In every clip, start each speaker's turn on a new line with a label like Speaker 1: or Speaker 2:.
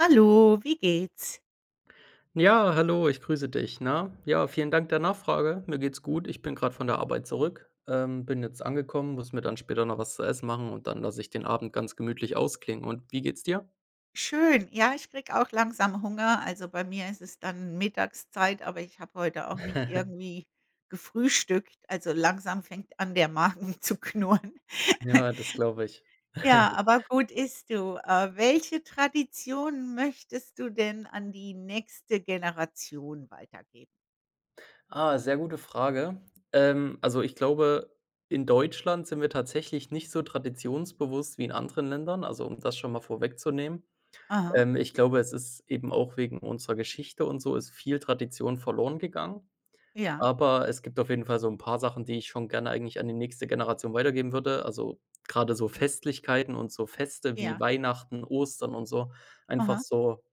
Speaker 1: Hallo, wie geht's?
Speaker 2: Ja, hallo, ich grüße dich. Na, ja, vielen Dank der Nachfrage. Mir geht's gut. Ich bin gerade von der Arbeit zurück, bin jetzt angekommen, muss mir dann später noch was zu essen machen und dann lasse ich den Abend ganz gemütlich ausklingen. Und wie geht's dir?
Speaker 1: Schön. Ja, ich krieg auch langsam Hunger. Also, bei mir ist es dann Mittagszeit, aber ich habe heute auch nicht irgendwie gefrühstückt. Also, langsam fängt an, der Magen zu knurren.
Speaker 2: Ja, das glaube ich.
Speaker 1: Ja, aber gut isst du. Welche Tradition möchtest du denn an die nächste Generation weitergeben?
Speaker 2: Ah, sehr gute Frage. Also ich glaube, in Deutschland sind wir tatsächlich nicht so traditionsbewusst wie in anderen Ländern, also um das schon mal vorwegzunehmen.
Speaker 1: Aha,
Speaker 2: Ich glaube, es ist eben auch wegen unserer Geschichte und so ist viel Tradition verloren gegangen.
Speaker 1: ja,
Speaker 2: Aber es gibt auf jeden Fall so ein paar Sachen, die ich schon gerne eigentlich an die nächste Generation weitergeben würde. Also, gerade so Festlichkeiten und so Feste wie
Speaker 1: ja,
Speaker 2: Weihnachten, Ostern und so. Einfach
Speaker 1: aha,
Speaker 2: so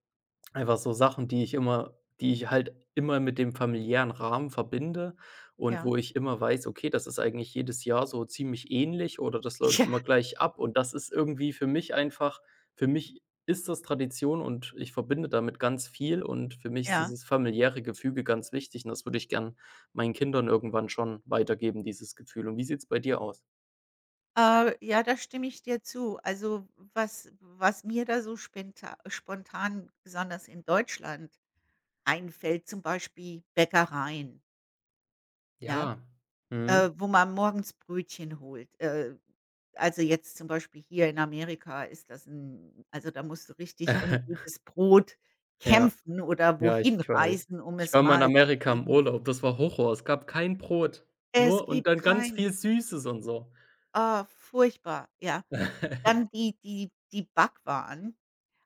Speaker 2: Einfach so Sachen, die ich halt immer mit dem familiären Rahmen verbinde und
Speaker 1: ja,
Speaker 2: wo ich immer weiß: „Okay, das ist eigentlich jedes Jahr so ziemlich ähnlich oder das läuft
Speaker 1: ja,
Speaker 2: immer gleich ab.“ Und das ist irgendwie für mich ist das Tradition und ich verbinde damit ganz viel und für mich ist
Speaker 1: ja.
Speaker 2: dieses familiäre Gefüge ganz wichtig und das würde ich gern meinen Kindern irgendwann schon weitergeben, dieses Gefühl. Und wie sieht's bei dir aus?
Speaker 1: Ja, da stimme ich dir zu. Also, was mir da so spenta spontan, besonders in Deutschland, einfällt, zum Beispiel Bäckereien, ja,
Speaker 2: Ja. Mhm.
Speaker 1: wo man morgens Brötchen holt. Also, jetzt zum Beispiel hier in Amerika ist das ein, also, da musst du richtig um gutes Brot
Speaker 2: Ja.
Speaker 1: kämpfen oder
Speaker 2: Ja, ich
Speaker 1: wohin
Speaker 2: weiß.
Speaker 1: reisen, um
Speaker 2: Ich
Speaker 1: es
Speaker 2: war mal in
Speaker 1: mal zu
Speaker 2: Amerika im
Speaker 1: kriegen.
Speaker 2: Urlaub, das war Horror. Es gab kein Brot,
Speaker 1: Es
Speaker 2: nur und
Speaker 1: gibt
Speaker 2: dann ganz
Speaker 1: kein
Speaker 2: viel Süßes und so.
Speaker 1: ah, furchtbar, ja. Dann die die Backwaren.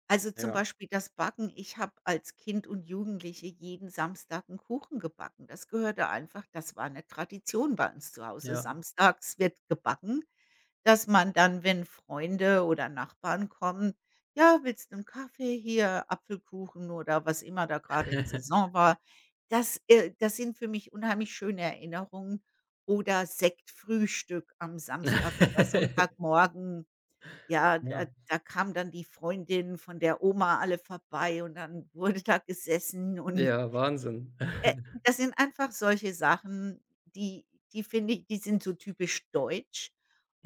Speaker 1: Also, zum
Speaker 2: Ja,
Speaker 1: Beispiel das Backen. Ich habe als Kind und Jugendliche jeden Samstag einen Kuchen gebacken. Das gehörte einfach, das war eine Tradition bei uns zu Hause.
Speaker 2: ja.
Speaker 1: Samstags wird gebacken, dass man dann, wenn Freunde oder Nachbarn kommen: „Ja, willst du einen Kaffee? Hier, Apfelkuchen“ oder was immer da gerade in Saison war. Das, das sind für mich unheimlich schöne Erinnerungen oder Sektfrühstück am Samstag oder Sonntagmorgen. Ja,
Speaker 2: Ja.
Speaker 1: da kamen dann die Freundin von der Oma alle vorbei und dann wurde da gesessen und,
Speaker 2: Ja, Wahnsinn.
Speaker 1: äh, das sind einfach solche Sachen, die finde ich, die sind so typisch deutsch.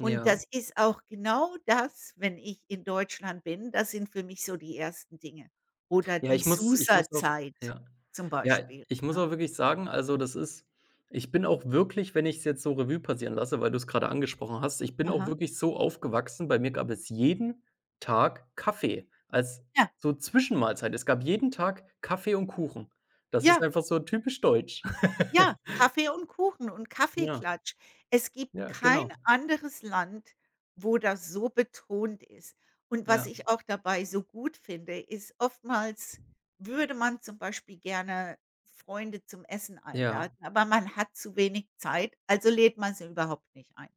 Speaker 1: Und das ist auch genau das, wenn ich in Deutschland bin, das sind für mich so die ersten Dinge. Oder
Speaker 2: Ja,
Speaker 1: die
Speaker 2: ich muss auch
Speaker 1: Susa-Zeit
Speaker 2: ja.
Speaker 1: zum
Speaker 2: Ja,
Speaker 1: Beispiel,
Speaker 2: ich muss
Speaker 1: ne?
Speaker 2: auch wirklich sagen, also, das ist ich bin auch wirklich, wenn ich's jetzt so Revue passieren lasse, weil du's grade angesprochen hast, ich bin auch
Speaker 1: Aha,
Speaker 2: wirklich so aufgewachsen, bei mir gab es jeden Tag Kaffee als
Speaker 1: ja.
Speaker 2: so Zwischenmahlzeit. Es gab jeden Tag Kaffee und Kuchen. Das ist
Speaker 1: Ja.
Speaker 2: einfach so typisch deutsch.
Speaker 1: Ja, Kaffee und Kuchen und
Speaker 2: Ja,
Speaker 1: Kaffeeklatsch. Es gibt
Speaker 2: ja,
Speaker 1: kein
Speaker 2: genau.
Speaker 1: anderes Land, wo das so betont ist. Und was
Speaker 2: Ja,
Speaker 1: ich auch dabei so gut finde, ist oftmals würde man zum Beispiel gerne Freunde zum Essen
Speaker 2: ja,
Speaker 1: einladen, aber man hat zu wenig Zeit, also lädt man sie überhaupt nicht ein.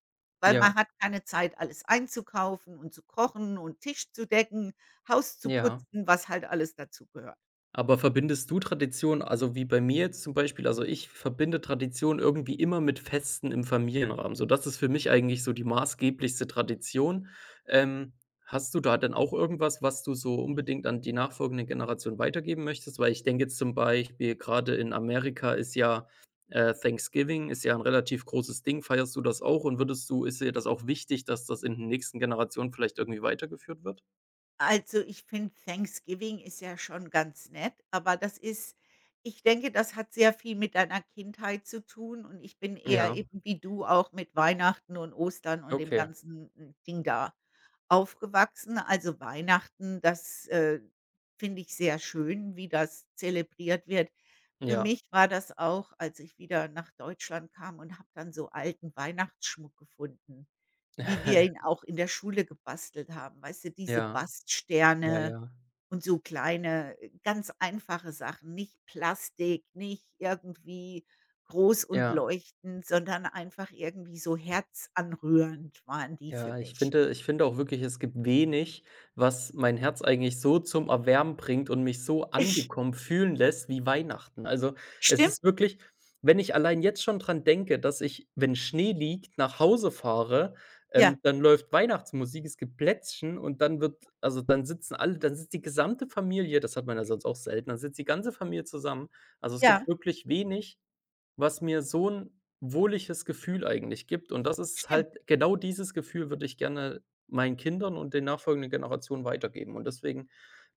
Speaker 1: Weil
Speaker 2: ja,
Speaker 1: man hat keine Zeit, alles einzukaufen und zu kochen und Tisch zu decken, Haus zu
Speaker 2: ja.
Speaker 1: putzen, was halt alles dazugehört.
Speaker 2: Aber verbindest du Tradition, also, wie bei mir jetzt zum Beispiel, also, ich verbinde Tradition irgendwie immer mit Festen im Familienrahmen. So, das ist für mich eigentlich so die maßgeblichste Tradition. Ähm, Hast du da denn auch irgendwas, was du so unbedingt an die nachfolgende Generation weitergeben möchtest? Weil ich denke jetzt zum Beispiel gerade in Amerika ist ja, Thanksgiving ist ja ein relativ großes Ding. Feierst du das auch und würdest du ist dir das auch wichtig, dass das in den nächsten Generationen vielleicht irgendwie weitergeführt wird?
Speaker 1: Also, ich finde, Thanksgiving ist ja schon ganz nett, aber das ist, ich denke, das hat sehr viel mit deiner Kindheit zu tun und ich bin eher,
Speaker 2: Ja,
Speaker 1: eben wie du auch, mit Weihnachten und Ostern und dem
Speaker 2: okay.
Speaker 1: ganzen, Ding da aufgewachsen. Also, Weihnachten, das, finde ich sehr schön, wie das zelebriert wird. Für
Speaker 2: Ja.
Speaker 1: mich war das auch, als ich wieder nach Deutschland kam und habe dann so alten Weihnachtsschmuck gefunden. Wie wir ihn auch in der Schule gebastelt haben, weißt du, diese
Speaker 2: Ja. Ja,
Speaker 1: Baststerne
Speaker 2: ja.
Speaker 1: und so kleine, ganz einfache Sachen, nicht Plastik, nicht irgendwie groß und
Speaker 2: Ja,
Speaker 1: leuchtend, sondern einfach irgendwie so herzanrührend waren die für
Speaker 2: ja,
Speaker 1: mich.
Speaker 2: ich finde auch wirklich, es gibt wenig, was mein Herz eigentlich so zum Erwärmen bringt und mich so
Speaker 1: Ich
Speaker 2: angekommen fühlen lässt wie Weihnachten. Also, es
Speaker 1: stimmt,
Speaker 2: ist wirklich wenn ich allein jetzt schon dran denke, dass ich, wenn Schnee liegt, nach Hause fahre,
Speaker 1: ja,
Speaker 2: dann läuft Weihnachtsmusik, es gibt Plätzchen und dann wird also, dann sitzen alle dann sitzt die gesamte Familie, das hat man ja sonst auch selten, dann sitzt die ganze Familie zusammen. Also, es gibt
Speaker 1: ja,
Speaker 2: wirklich wenig, was mir so 'n wohliges Gefühl eigentlich gibt und das ist
Speaker 1: stimmt,
Speaker 2: halt genau dieses Gefühl würde ich gerne meinen Kindern und den nachfolgenden Generationen weitergeben und deswegen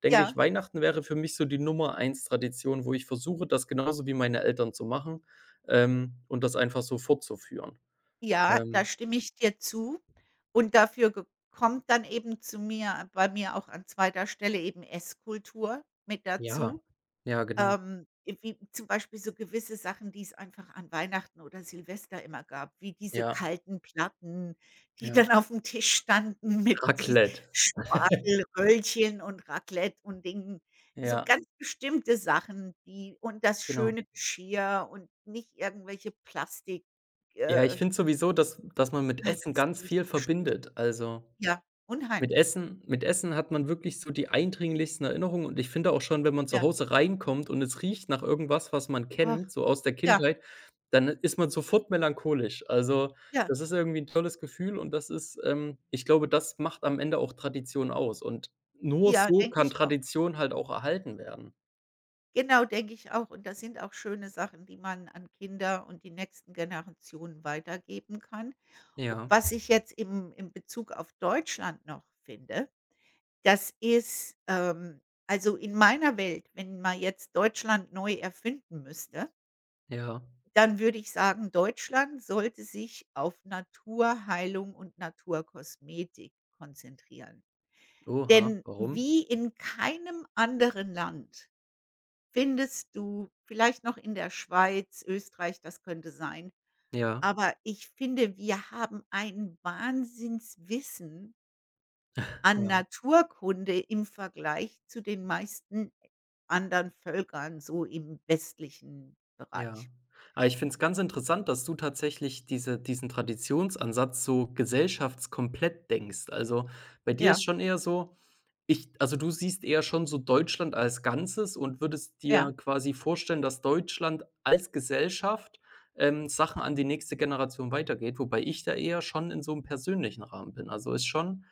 Speaker 2: denke ich,
Speaker 1: ja,
Speaker 2: Weihnachten wäre für mich so die Nummer eins Tradition, wo ich versuche, das genauso wie meine Eltern zu machen, und das einfach so fortzuführen.
Speaker 1: ja, da
Speaker 2: Ähm,
Speaker 1: stimme ich dir zu. Und dafür ge kommt dann eben zu mir, bei mir auch an zweiter Stelle eben Esskultur mit
Speaker 2: ja,
Speaker 1: dazu.
Speaker 2: ja, genau.
Speaker 1: Wie zum Beispiel so gewisse Sachen, die es einfach an Weihnachten oder Silvester immer gab, wie diese
Speaker 2: Ja,
Speaker 1: kalten Platten, die
Speaker 2: ja.
Speaker 1: dann auf dem Tisch standen mit die
Speaker 2: Raclette.
Speaker 1: Spargel, Röllchen und Raclette und Dingen. So
Speaker 2: Ja,
Speaker 1: ganz bestimmte Sachen, die und das
Speaker 2: genau.
Speaker 1: schöne Geschirr und nicht irgendwelche Plastik,
Speaker 2: Ja, ich
Speaker 1: äh
Speaker 2: finde sowieso, dass dass man mit
Speaker 1: ah,
Speaker 2: Essen
Speaker 1: das
Speaker 2: ganz
Speaker 1: finde ich
Speaker 2: viel
Speaker 1: abstoßend.
Speaker 2: verbindet. Also
Speaker 1: Ja, unheimlich.
Speaker 2: Mit Essen hat man wirklich so die eindringlichsten Erinnerungen und ich finde auch schon, wenn man zu
Speaker 1: Ja.
Speaker 2: Hause reinkommt und es riecht nach irgendwas, was man
Speaker 1: Ach,
Speaker 2: kennt, so aus der
Speaker 1: ja,
Speaker 2: Kindheit, dann ist man sofort melancholisch. Also,
Speaker 1: ja,
Speaker 2: das ist irgendwie 'n tolles Gefühl und das ist ich glaube, das macht am Ende auch Tradition aus und nur
Speaker 1: ja,
Speaker 2: so
Speaker 1: denke
Speaker 2: kann
Speaker 1: ich auch.
Speaker 2: Tradition halt auch erhalten werden.
Speaker 1: Genau, denke ich auch. Und das sind auch schöne Sachen, die man an Kinder und die nächsten Generationen weitergeben kann. O
Speaker 2: Ja,
Speaker 1: was ich jetzt im in Bezug auf Deutschland noch finde, das ist, also, in meiner Welt, wenn man jetzt Deutschland neu erfinden müsste,
Speaker 2: ja.
Speaker 1: dann würde ich sagen, Deutschland sollte sich auf Naturheilung und Naturkosmetik konzentrieren.
Speaker 2: Oha,
Speaker 1: Denn
Speaker 2: warum?
Speaker 1: wie in keinem anderen Land, findest du vielleicht noch in der Schweiz, Österreich, das könnte sein.
Speaker 2: Ja,
Speaker 1: Aber ich finde, wir haben ein Wahnsinnswissen an
Speaker 2: ja.
Speaker 1: Naturkunde im Vergleich zu den meisten anderen Völkern so im westlichen
Speaker 2: Ja.
Speaker 1: Bereich.
Speaker 2: Aber ich finde es ganz interessant, dass du tatsächlich diesen Traditionsansatz so gesellschaftskomplett denkst. Also, bei dir ist
Speaker 1: Ja,
Speaker 2: schon eher so ich, also, du siehst eher schon so Deutschland als Ganzes und würdest
Speaker 1: ja.
Speaker 2: dir quasi vorstellen, dass Deutschland als Gesellschaft, Sachen an die nächste Generation weitergeht, wobei ich da eher schon in so einem persönlichen Rahmen bin. Also, ist schon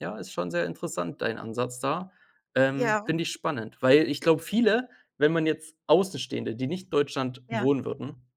Speaker 2: ja, ist schon sehr interessant, dein Ansatz da.
Speaker 1: Ja,
Speaker 2: Finde ich spannend, weil ich glaube, viele, wenn man jetzt Außenstehende, die nicht in Deutschland
Speaker 1: ja.
Speaker 2: wohnen würden,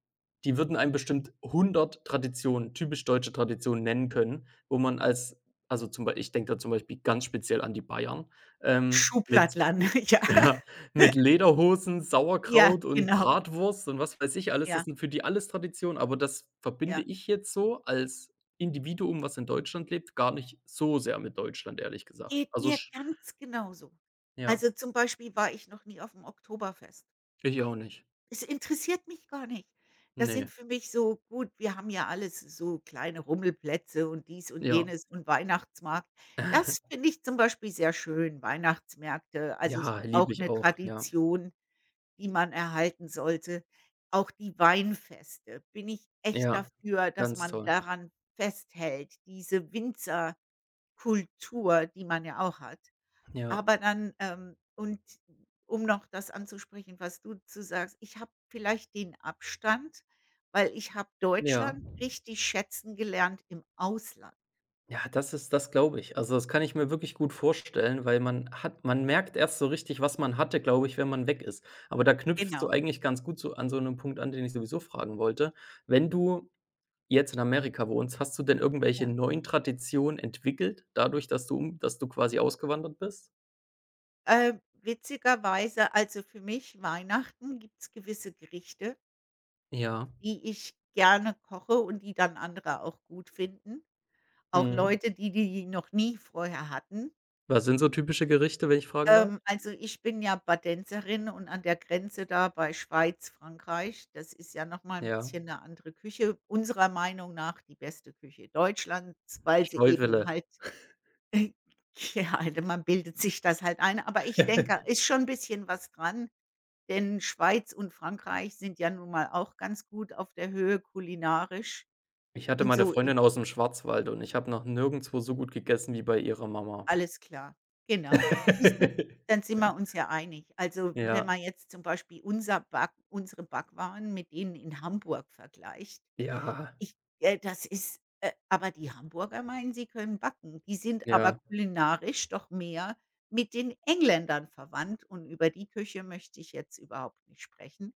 Speaker 2: die würden einem bestimmt hundert Traditionen, typisch deutsche Traditionen nennen können, wo man als also, zum Beispiel, ich denke da zum Beispiel ganz speziell an die Bayern, mit
Speaker 1: Schuhplattland, ja.
Speaker 2: ja, mit Lederhosen,
Speaker 1: Ja,
Speaker 2: Sauerkraut und
Speaker 1: genau.
Speaker 2: Bratwurst und was weiß ich alles. Das
Speaker 1: Ja,
Speaker 2: sind für die alles Traditionen, aber das verbinde
Speaker 1: ja.
Speaker 2: ich jetzt so als Individuum, was in Deutschland lebt, gar nicht so sehr mit Deutschland, ehrlich gesagt.
Speaker 1: Geht
Speaker 2: Also
Speaker 1: mir
Speaker 2: sch
Speaker 1: ganz genauso.
Speaker 2: Ja,
Speaker 1: Also, zum Beispiel war ich noch nie auf dem Oktoberfest.
Speaker 2: ich auch nicht.
Speaker 1: Es interessiert mich gar nicht. Das sind
Speaker 2: Ne,
Speaker 1: für mich so gut, wir haben ja alles so kleine Rummelplätze und dies und
Speaker 2: ja.
Speaker 1: jenes und Weihnachtsmarkt. Das finde ich zum Beispiel sehr schön, Weihnachtsmärkte, also s
Speaker 2: Ja, liebe
Speaker 1: auch
Speaker 2: ich
Speaker 1: eine
Speaker 2: auch, ja.
Speaker 1: Tradition, die man erhalten sollte. Auch die Weinfeste, bin ich echt
Speaker 2: Ja,
Speaker 1: dafür, dass
Speaker 2: ganz
Speaker 1: man
Speaker 2: toll.
Speaker 1: daran festhält, diese Winzerkultur, die man ja auch hat.
Speaker 2: Ja,
Speaker 1: Aber dann, und um noch das anzusprechen, was du zu sagst, ich habe vielleicht den Abstand, weil ich habe
Speaker 2: ja.
Speaker 1: Deutschland richtig schätzen gelernt im Ausland.
Speaker 2: Ja, das ist, das glaube ich. Also, das kann ich mir wirklich gut vorstellen, weil man merkt erst so richtig, was man hatte, glaube ich, wenn man weg ist. Aber da knüpfst du
Speaker 1: Genau,
Speaker 2: eigentlich ganz gut so an so einem Punkt an, den ich sowieso fragen wollte. Wenn du jetzt in Amerika wohnst, hast du denn irgendwelche
Speaker 1: ja.
Speaker 2: neuen Traditionen entwickelt, dadurch, dass du quasi ausgewandert bist?
Speaker 1: Witzigerweise, also für mich Weihnachten, gibt's gewisse Gerichte,
Speaker 2: Ja,
Speaker 1: die ich gerne koche und die dann andere auch gut finden. Auch
Speaker 2: mhm.
Speaker 1: Leute, die noch nie vorher hatten.
Speaker 2: Was sind so typische Gerichte, wenn ich fragen darf?
Speaker 1: Also, ich bin ja Badenserin und an der Grenze da bei Schweiz, Frankreich, das ist ja noch mal 'n
Speaker 2: Ja,
Speaker 1: bisschen eine andere Küche, unserer Meinung nach die beste Küche Deutschlands, weil sie eben
Speaker 2: Schäufele.
Speaker 1: halt ja, also, man bildet sich das halt ein, aber ich denke, ist schon 'n bisschen was dran, denn Schweiz und Frankreich sind ja nun mal auch ganz gut auf der Höhe kulinarisch
Speaker 2: Ich hatte
Speaker 1: und
Speaker 2: meine
Speaker 1: so.
Speaker 2: Freundin aus dem Schwarzwald und ich habe noch nirgendwo so gut gegessen wie bei ihrer Mama.
Speaker 1: Alles klar, genau. Siehst du, dann sind wir uns ja einig. Also, wenn
Speaker 2: Ja,
Speaker 1: man jetzt zum Beispiel unser Back unsere Backwaren mit denen in Hamburg vergleicht,
Speaker 2: ja,
Speaker 1: ich das ist aber die Hamburger meinen, sie können backen. Die sind aber
Speaker 2: ja.
Speaker 1: kulinarisch doch mehr mit den Engländern verwandt und über die Küche möchte ich jetzt überhaupt nicht sprechen.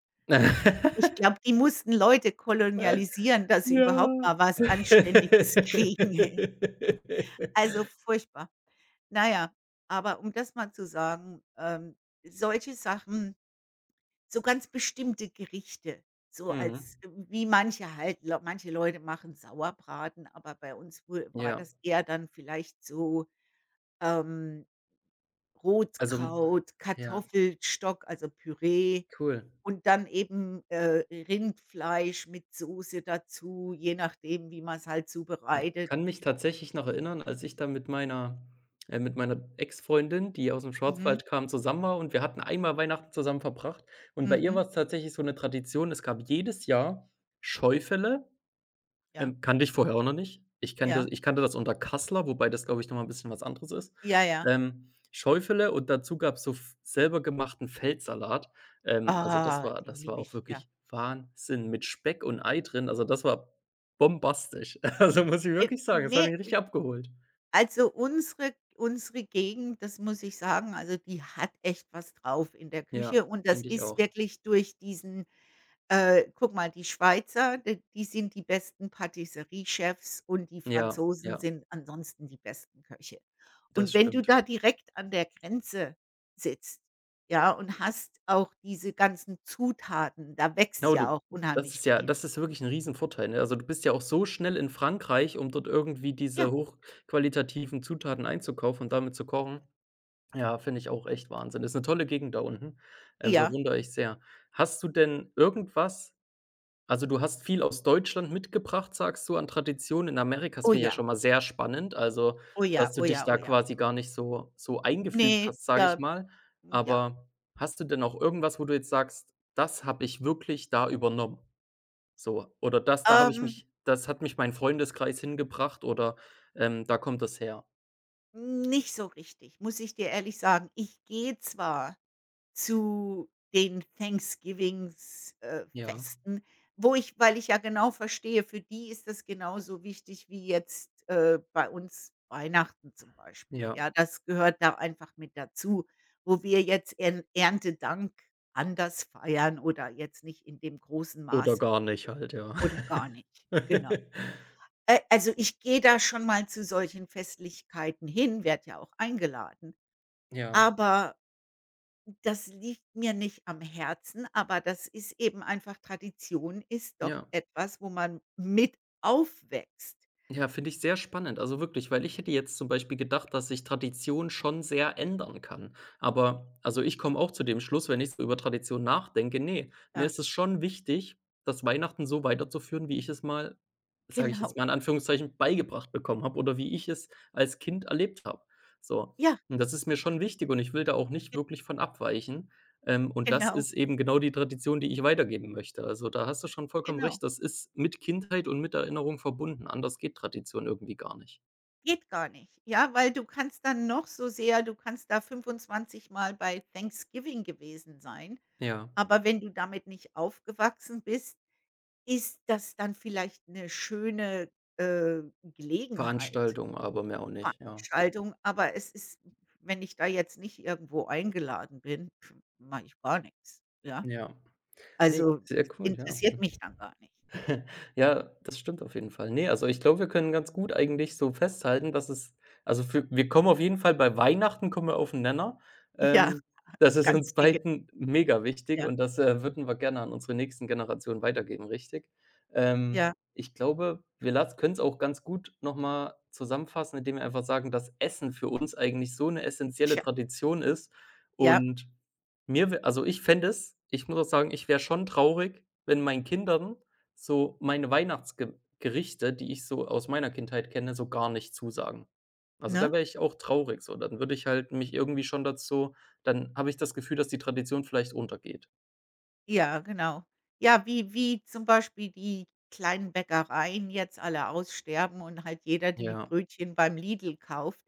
Speaker 1: Ich glaube, die mussten Leute kolonialisieren, dass sie überhaupt
Speaker 2: Ja.
Speaker 1: mal was Anständiges kriegen, ey. Also, furchtbar. Na ja, aber um das mal zu sagen, solche Sachen, so ganz bestimmte Gerichte, so
Speaker 2: Mhm.
Speaker 1: als wie manche halt Leu manche Leute machen Sauerbraten, aber bei uns wu war
Speaker 2: Ja,
Speaker 1: das eher dann vielleicht so, ähm,
Speaker 2: also, m
Speaker 1: Rotkraut,
Speaker 2: ja,
Speaker 1: Kartoffelstock, also Püree
Speaker 2: cool.
Speaker 1: und dann eben, Rindfleisch mit Soße dazu, je nachdem, wie man es halt
Speaker 2: Ah, ich
Speaker 1: zubereitet.
Speaker 2: kann mich tatsächlich noch erinnern, als ich da mit meiner Ex-Freundin, die aus dem
Speaker 1: Mhm,
Speaker 2: Schwarzwald kam, zusammen war und wir hatten einmal Weihnachten zusammen verbracht. Und bei ihr
Speaker 1: mhm,
Speaker 2: war es tatsächlich so eine Tradition, es gab jedes Jahr Scheufälle.
Speaker 1: ja,
Speaker 2: Kannte ich vorher auch noch nicht.
Speaker 1: ja,
Speaker 2: Ich kannte das unter Kassler, wobei das, glaube ich, noch mal 'n bisschen was anderes ist.
Speaker 1: ja, ja.
Speaker 2: Schäufele und dazu gab's so f selber gemachten Feldsalat. Also,
Speaker 1: Ah, den
Speaker 2: das war
Speaker 1: liebe
Speaker 2: auch
Speaker 1: ich, ja.
Speaker 2: wirklich Wahnsinn mit Speck und Ei drin. Also, das war bombastisch. Also, muss ich wirklich sagen, das hat
Speaker 1: Ne,
Speaker 2: mich richtig abgeholt.
Speaker 1: also unsere Gegend, das muss ich sagen, also die hat echt was drauf in der
Speaker 2: Ja,
Speaker 1: Küche und das
Speaker 2: finde ich
Speaker 1: ist
Speaker 2: auch.
Speaker 1: wirklich durch diesen guck mal, die Schweizer, d die sind die besten Patisseriechefs und die
Speaker 2: Ja, ja,
Speaker 1: Franzosen sind ansonsten die besten Köche. Und
Speaker 2: das
Speaker 1: wenn du
Speaker 2: stimmt.
Speaker 1: da direkt an der Grenze sitzt, ja, und hast auch diese ganzen Zutaten, da wächst
Speaker 2: Genau,
Speaker 1: ja
Speaker 2: du
Speaker 1: auch
Speaker 2: Das
Speaker 1: unheimlich
Speaker 2: ist ja,
Speaker 1: viel.
Speaker 2: das ist wirklich ein Riesenvorteil, ne? Also, du bist ja auch so schnell in Frankreich, um dort irgendwie diese
Speaker 1: Ja,
Speaker 2: hochqualitativen Zutaten einzukaufen und damit zu kochen. Ja, finde ich auch echt Wahnsinn. Ist eine tolle Gegend da unten,
Speaker 1: ja,
Speaker 2: bewundere ich sehr. Hast du denn irgendwas Also, du hast viel aus Deutschland mitgebracht, sagst du, an Traditionen in Amerika. Das
Speaker 1: oh
Speaker 2: finde ich ja
Speaker 1: ja,
Speaker 2: schon mal sehr spannend, also,
Speaker 1: oh ja,
Speaker 2: dass du
Speaker 1: oh
Speaker 2: dich
Speaker 1: ja,
Speaker 2: da
Speaker 1: oh ja.
Speaker 2: quasi gar nicht so eingefügt
Speaker 1: Ne,
Speaker 2: hast, sage ich
Speaker 1: da
Speaker 2: mal.
Speaker 1: Hm, ja.
Speaker 2: Aber hast du denn auch irgendwas, wo du jetzt sagst: „Das habe ich wirklich da übernommen?“ So, oder das da habe ich
Speaker 1: Ähm,
Speaker 2: mich, das hat mich mein Freundeskreis hingebracht oder, da kommt das her.
Speaker 1: Nicht so richtig, muss ich dir ehrlich sagen. Ich gehe zwar zu den Thanksgivings
Speaker 2: Ja,
Speaker 1: Festen, wo ich, weil ich ja genau verstehe, für die ist das genauso wichtig wie jetzt, bei uns Weihnachten zum Beispiel.
Speaker 2: ja.
Speaker 1: Ja, das gehört da einfach mit dazu, wo wir jetzt Ern Erntedank anders feiern oder jetzt nicht in dem großen
Speaker 2: Oder
Speaker 1: Maße
Speaker 2: gar nicht halt, ja.
Speaker 1: oder gar nicht. Genau. Also, ich gehe da schon mal zu solchen Festlichkeiten hin, werde ja auch eingeladen.
Speaker 2: Ja,
Speaker 1: Aber das liegt mir nicht am Herzen, aber das ist eben einfach Tradition ist doch
Speaker 2: ja.
Speaker 1: etwas, wo man mit aufwächst.
Speaker 2: Ja, finde ich sehr spannend. Also wirklich, weil ich hätte jetzt zum Beispiel gedacht, dass sich Tradition schon sehr ändern kann. Aber also ich komme auch zu dem Schluss, wenn ich so über Tradition nachdenke, ne, mir
Speaker 1: Ja,
Speaker 2: ist es schon wichtig, das Weihnachten so weiterzuführen, wie ich es mal, sage ich jetzt
Speaker 1: genau.
Speaker 2: mal in Anführungszeichen, beigebracht bekommen habe oder wie ich es als Kind erlebt habe. So.
Speaker 1: Ja,
Speaker 2: Und das ist mir schon wichtig und ich will da auch nicht
Speaker 1: ge
Speaker 2: wirklich von abweichen. Und das
Speaker 1: genau,
Speaker 2: ist eben genau die Tradition, die ich weitergeben möchte. Also, da hast du schon vollkommen
Speaker 1: genau.
Speaker 2: recht. Das ist mit Kindheit und mit Erinnerung verbunden. Anders geht Tradition irgendwie gar nicht.
Speaker 1: Geht gar nicht. Ja, weil du kannst dann noch so sehr du kannst da 25 Mal bei Thanksgiving gewesen sein,
Speaker 2: Ja,
Speaker 1: aber wenn du damit nicht aufgewachsen bist, ist das dann vielleicht 'ne schöne, Gelegenheit,
Speaker 2: Veranstaltung, aber mehr auch nicht, ja.
Speaker 1: Veranstaltung, aber es ist, wenn ich da jetzt nicht irgendwo eingeladen bin, pf, mache ich gar nix, ja?
Speaker 2: Ja. Ne,
Speaker 1: Also,
Speaker 2: sehr
Speaker 1: das
Speaker 2: cool, ja.
Speaker 1: interessiert mich dann gar nicht.
Speaker 2: Ja, das stimmt auf jeden Fall. Ne, also ich glaube, wir können ganz gut eigentlich so festhalten, dass es also für wir kommen auf jeden Fall, bei Weihnachten kommen wir auf den Nenner.
Speaker 1: Ja,
Speaker 2: Ähm, Das ist
Speaker 1: ganz
Speaker 2: uns
Speaker 1: dicke.
Speaker 2: beiden mega wichtig
Speaker 1: Ja,
Speaker 2: und das, würden wir gerne an unsere nächsten Generationen weitergeben, richtig?
Speaker 1: ja,
Speaker 2: Ich glaube, wir können es auch ganz gut noch mal zusammenfassen, indem wir einfach sagen, dass Essen für uns eigentlich so eine essentielle
Speaker 1: tja,
Speaker 2: Tradition ist
Speaker 1: ja,
Speaker 2: und mir wä also ich fände es, ich muss auch sagen, ich wäre schon traurig, wenn meinen Kindern so meine Weihnachtsgerichte, die ich so aus meiner Kindheit kenne, so gar nicht zusagen. Also, da
Speaker 1: ne?
Speaker 2: wäre ich auch traurig so. Dann würde ich halt mich irgendwie schon dazu dann habe ich das Gefühl, dass die Tradition vielleicht untergeht.
Speaker 1: Ja, genau. Ja, wie zum Beispiel die kleinen Bäckereien jetzt alle aussterben und halt jeder die
Speaker 2: Ja,
Speaker 1: Brötchen beim Lidl kauft.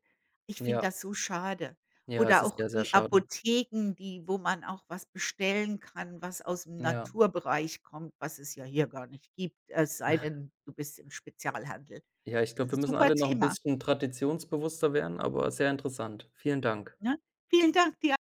Speaker 1: Ich finde
Speaker 2: ja,
Speaker 1: das so schade.
Speaker 2: ja, es
Speaker 1: Oder
Speaker 2: ist
Speaker 1: auch
Speaker 2: sehr, sehr
Speaker 1: die
Speaker 2: schade.
Speaker 1: Apotheken, die wo man auch was bestellen kann, was aus dem
Speaker 2: Ja.
Speaker 1: Naturbereich kommt, was es ja hier gar nicht gibt, es sei denn, du bist im Spezialhandel.
Speaker 2: Ja, ich glaube, wir müssen
Speaker 1: Super
Speaker 2: alle noch ein
Speaker 1: Thema,
Speaker 2: bisschen traditionsbewusster werden, aber sehr interessant. Vielen Dank.
Speaker 1: ne? Vielen Dank dir.